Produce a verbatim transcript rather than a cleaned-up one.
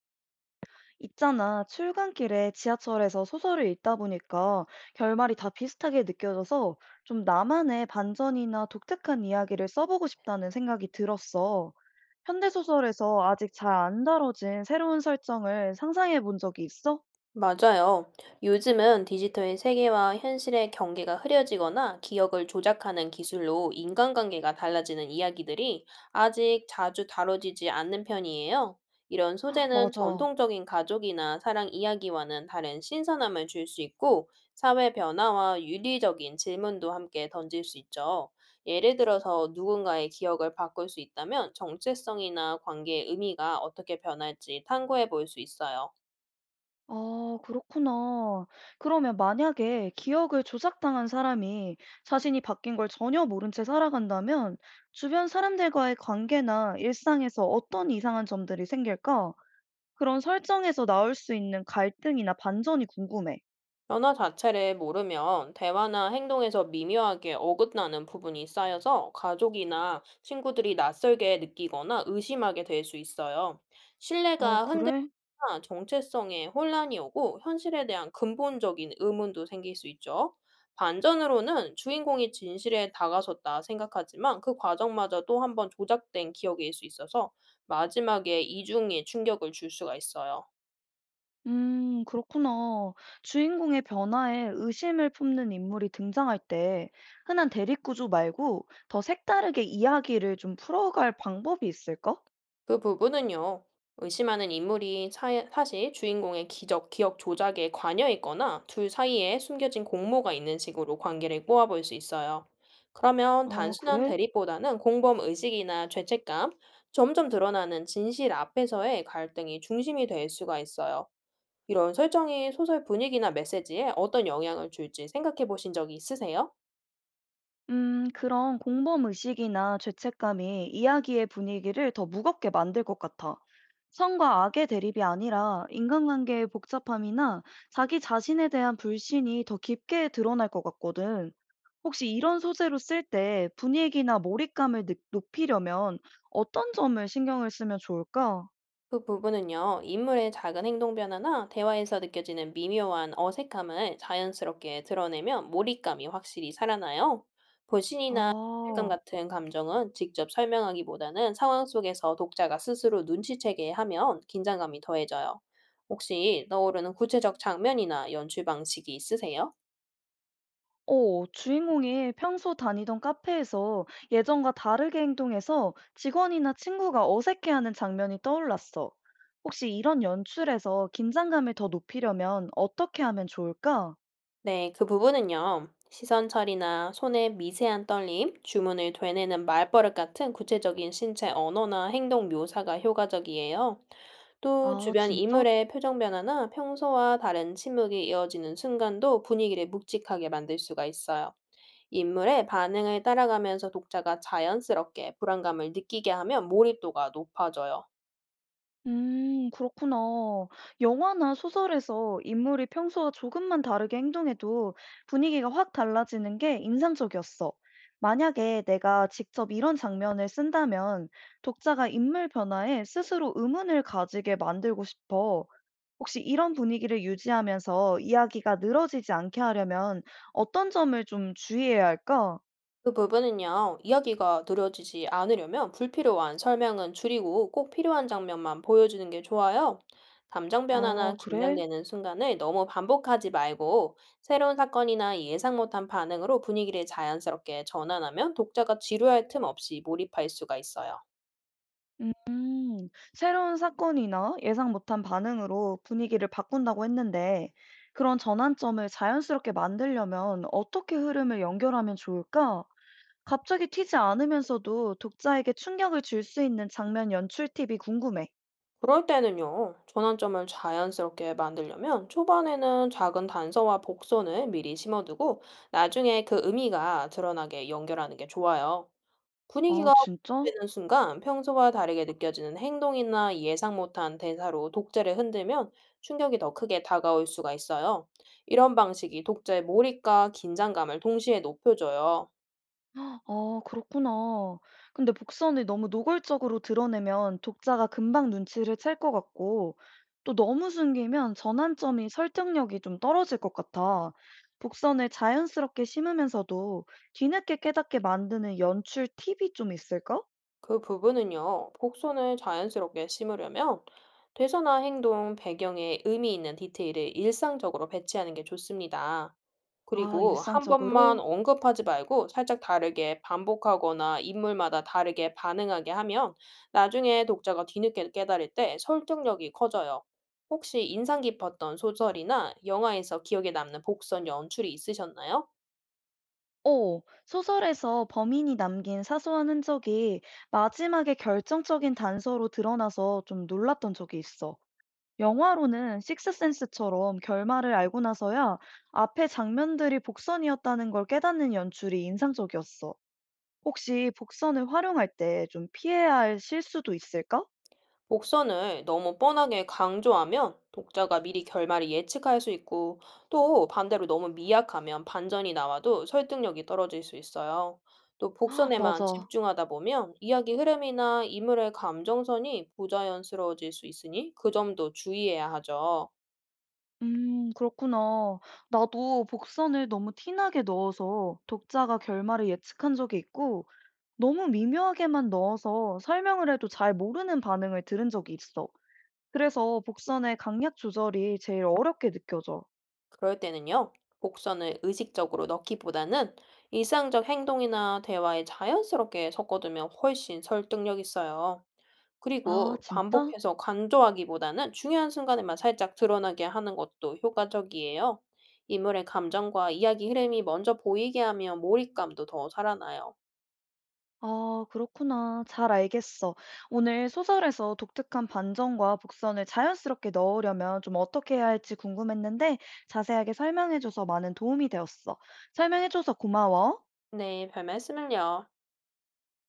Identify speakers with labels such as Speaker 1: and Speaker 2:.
Speaker 1: 있잖아, 출근길에 지하철에서 소설을 읽다 보니까 결말이 다 비슷하게 느껴져서 좀 나만의 반전이나 독특한 이야기를 써보고 싶다는 생각이 들었어. 현대소설에서 아직 잘 안 다뤄진 새로운 설정을 상상해 본 적이 있어?
Speaker 2: 맞아요. 요즘은 디지털 세계와 현실의 경계가 흐려지거나 기억을 조작하는 기술로 인간관계가 달라지는 이야기들이 아직 자주 다뤄지지 않는 편이에요. 이런 소재는
Speaker 1: 맞아.
Speaker 2: 전통적인 가족이나 사랑 이야기와는 다른 신선함을 줄 수 있고, 사회 변화와 윤리적인 질문도 함께 던질 수 있죠. 예를 들어서 누군가의 기억을 바꿀 수 있다면 정체성이나 관계의 의미가 어떻게 변할지 탐구해 볼 수 있어요.
Speaker 1: 아, 그렇구나. 그러면 만약에 기억을 조작당한 사람이 자신이 바뀐 걸 전혀 모른 채 살아간다면 주변 사람들과의 관계나 일상에서 어떤 이상한 점들이 생길까? 그런 설정에서 나올 수 있는 갈등이나 반전이 궁금해.
Speaker 2: 변화 자체를 모르면 대화나 행동에서 미묘하게 어긋나는 부분이 쌓여서 가족이나 친구들이 낯설게 느끼거나 의심하게 될 수 있어요.
Speaker 1: 아,
Speaker 2: 신뢰가
Speaker 1: 그래?
Speaker 2: 흔들거나 정체성에 혼란이 오고 현실에 대한 근본적인 의문도 생길 수 있죠. 반전으로는 주인공이 진실에 다가섰다 생각하지만 그 과정마저 또 한 번 조작된 기억일 수 있어서 마지막에 이중의 충격을 줄 수가 있어요.
Speaker 1: 음, 그렇구나. 주인공의 변화에 의심을 품는 인물이 등장할 때 흔한 대립구조 말고 더 색다르게 이야기를 좀 풀어갈 방법이 있을까?
Speaker 2: 그 부분은요, 의심하는 인물이 사- 사실 주인공의 기적, 기억 조작에 관여했거나 둘 사이에 숨겨진 공모가 있는 식으로 관계를 꼬아볼 수 있어요. 그러면
Speaker 1: 아,
Speaker 2: 단순한
Speaker 1: 그래?
Speaker 2: 대립보다는 공범 의식이나 죄책감, 점점 드러나는 진실 앞에서의 갈등이 중심이 될 수가 있어요. 이런 설정이 소설 분위기나 메시지에 어떤 영향을 줄지 생각해 보신 적이 있으세요?
Speaker 1: 음, 그런 공범 의식이나 죄책감이 이야기의 분위기를 더 무겁게 만들 것 같아. 선과 악의 대립이 아니라 인간관계의 복잡함이나 자기 자신에 대한 불신이 더 깊게 드러날 것 같거든. 혹시 이런 소재로 쓸 때 분위기나 몰입감을 느- 높이려면 어떤 점을 신경을 쓰면 좋을까?
Speaker 2: 그 부분은요, 인물의 작은 행동 변화나 대화에서 느껴지는 미묘한 어색함을 자연스럽게 드러내면 몰입감이 확실히 살아나요. 불신이나 죄책감
Speaker 1: 아.
Speaker 2: 같은 감정은 직접 설명하기보다는 상황 속에서 독자가 스스로 눈치채게 하면 긴장감이 더해져요. 혹시 떠오르는 구체적 장면이나 연출 방식이 있으세요?
Speaker 1: 어, 주인공이 평소 다니던 카페에서 예전과 다르게 행동해서 직원이나 친구가 어색해하는 장면이 떠올랐어. 혹시 이런 연출에서 긴장감을 더 높이려면 어떻게 하면 좋을까?
Speaker 2: 네, 그 부분은요. 시선 처리나 손의 미세한 떨림, 주문을 되뇌는 말버릇 같은 구체적인 신체 언어나 행동 묘사가 효과적이에요. 또
Speaker 1: 아,
Speaker 2: 주변
Speaker 1: 진짜?
Speaker 2: 인물의 표정 변화나 평소와 다른 침묵이 이어지는 순간도 분위기를 묵직하게 만들 수가 있어요. 인물의 반응을 따라가면서 독자가 자연스럽게 불안감을 느끼게 하면 몰입도가 높아져요.
Speaker 1: 음, 그렇구나. 영화나 소설에서 인물이 평소와 조금만 다르게 행동해도 분위기가 확 달라지는 게 인상적이었어. 만약에 내가 직접 이런 장면을 쓴다면 독자가 인물 변화에 스스로 의문을 가지게 만들고 싶어. 혹시 이런 분위기를 유지하면서 이야기가 늘어지지 않게 하려면 어떤 점을 좀 주의해야 할까?
Speaker 2: 그 부분은요, 이야기가 느려지지 않으려면 불필요한 설명은 줄이고 꼭 필요한 장면만 보여주는 게 좋아요. 감정 변화나
Speaker 1: 아, 그래?
Speaker 2: 긴장되는 순간을 너무 반복하지 말고 새로운 사건이나 예상 못한 반응으로 분위기를 자연스럽게 전환하면 독자가 지루할 틈 없이 몰입할 수가 있어요.
Speaker 1: 음, 새로운 사건이나 예상 못한 반응으로 분위기를 바꾼다고 했는데, 그런 전환점을 자연스럽게 만들려면 어떻게 흐름을 연결하면 좋을까? 갑자기 튀지 않으면서도 독자에게 충격을 줄 수 있는 장면 연출 팁이 궁금해.
Speaker 2: 그럴 때는요, 전환점을 자연스럽게 만들려면 초반에는 작은 단서와 복선을 미리 심어두고 나중에 그 의미가 드러나게 연결하는 게 좋아요.
Speaker 1: 아,
Speaker 2: 분위기가
Speaker 1: 진짜?
Speaker 2: 고조되는 순간 평소와 다르게 느껴지는 행동이나 예상 못한 대사로 독자를 흔들면 충격이 더 크게 다가올 수가 있어요. 이런 방식이 독자의 몰입과 긴장감을 동시에 높여줘요.
Speaker 1: 아 그렇구나. 근데 복선을 너무 노골적으로 드러내면 독자가 금방 눈치를 챌 것 같고 또 너무 숨기면 전환점이 설득력이 좀 떨어질 것 같아. 복선을 자연스럽게 심으면서도 뒤늦게 깨닫게 만드는 연출 팁이 좀 있을까?
Speaker 2: 그 부분은요, 곡선을 자연스럽게 심으려면 대사나 행동, 배경에 의미 있는 디테일을 일상적으로 배치하는 게 좋습니다.
Speaker 1: 아,
Speaker 2: 그리고 한 번만
Speaker 1: 일상적으로?
Speaker 2: 언급하지 말고 살짝 다르게 반복하거나 인물마다 다르게 반응하게 하면 나중에 독자가 뒤늦게 깨달을 때 설득력이 커져요. 혹시 인상 깊었던 소설이나 영화에서 기억에 남는 복선 연출이 있으셨나요?
Speaker 1: 어, 소설에서 범인이 남긴 사소한 흔적이 마지막에 결정적인 단서로 드러나서 좀 놀랐던 적이 있어. 영화로는 식스센스처럼 결말을 알고 나서야 앞에 장면들이 복선이었다는 걸 깨닫는 연출이 인상적이었어. 혹시 복선을 활용할 때 좀 피해야 할 실수도 있을까?
Speaker 2: 복선을 너무 뻔하게 강조하면 독자가 미리 결말을 예측할 수 있고 또 반대로 너무 미약하면 반전이 나와도 설득력이 떨어질 수 있어요. 또 복선에만
Speaker 1: 맞아.
Speaker 2: 집중하다 보면 이야기 흐름이나 인물의 감정선이 부자연스러워질 수 있으니 그 점도 주의해야 하죠.
Speaker 1: 음, 그렇구나. 나도 복선을 너무 티나게 넣어서 독자가 결말을 예측한 적이 있고, 너무 미묘하게만 넣어서 설명을 해도 잘 모르는 반응을 들은 적이 있어. 그래서 복선의 강약 조절이 제일 어렵게 느껴져.
Speaker 2: 그럴 때는요, 복선을 의식적으로 넣기보다는 일상적 행동이나 대화에 자연스럽게 섞어두면 훨씬 설득력 있어요.
Speaker 1: 아,
Speaker 2: 그리고
Speaker 1: 진짜?
Speaker 2: 반복해서 강조하기보다는 중요한 순간에만 살짝 드러나게 하는 것도 효과적이에요. 인물의 감정과 이야기 흐름이 먼저 보이게 하면 몰입감도 더 살아나요.
Speaker 1: 아, 그렇구나. 잘 알겠어. 오늘 소설에서 독특한 반전과 복선을 자연스럽게 넣으려면 좀 어떻게 해야 할지 궁금했는데 자세하게 설명해줘서 많은 도움이 되었어. 설명해줘서 고마워.
Speaker 2: 네, 별 말씀을요.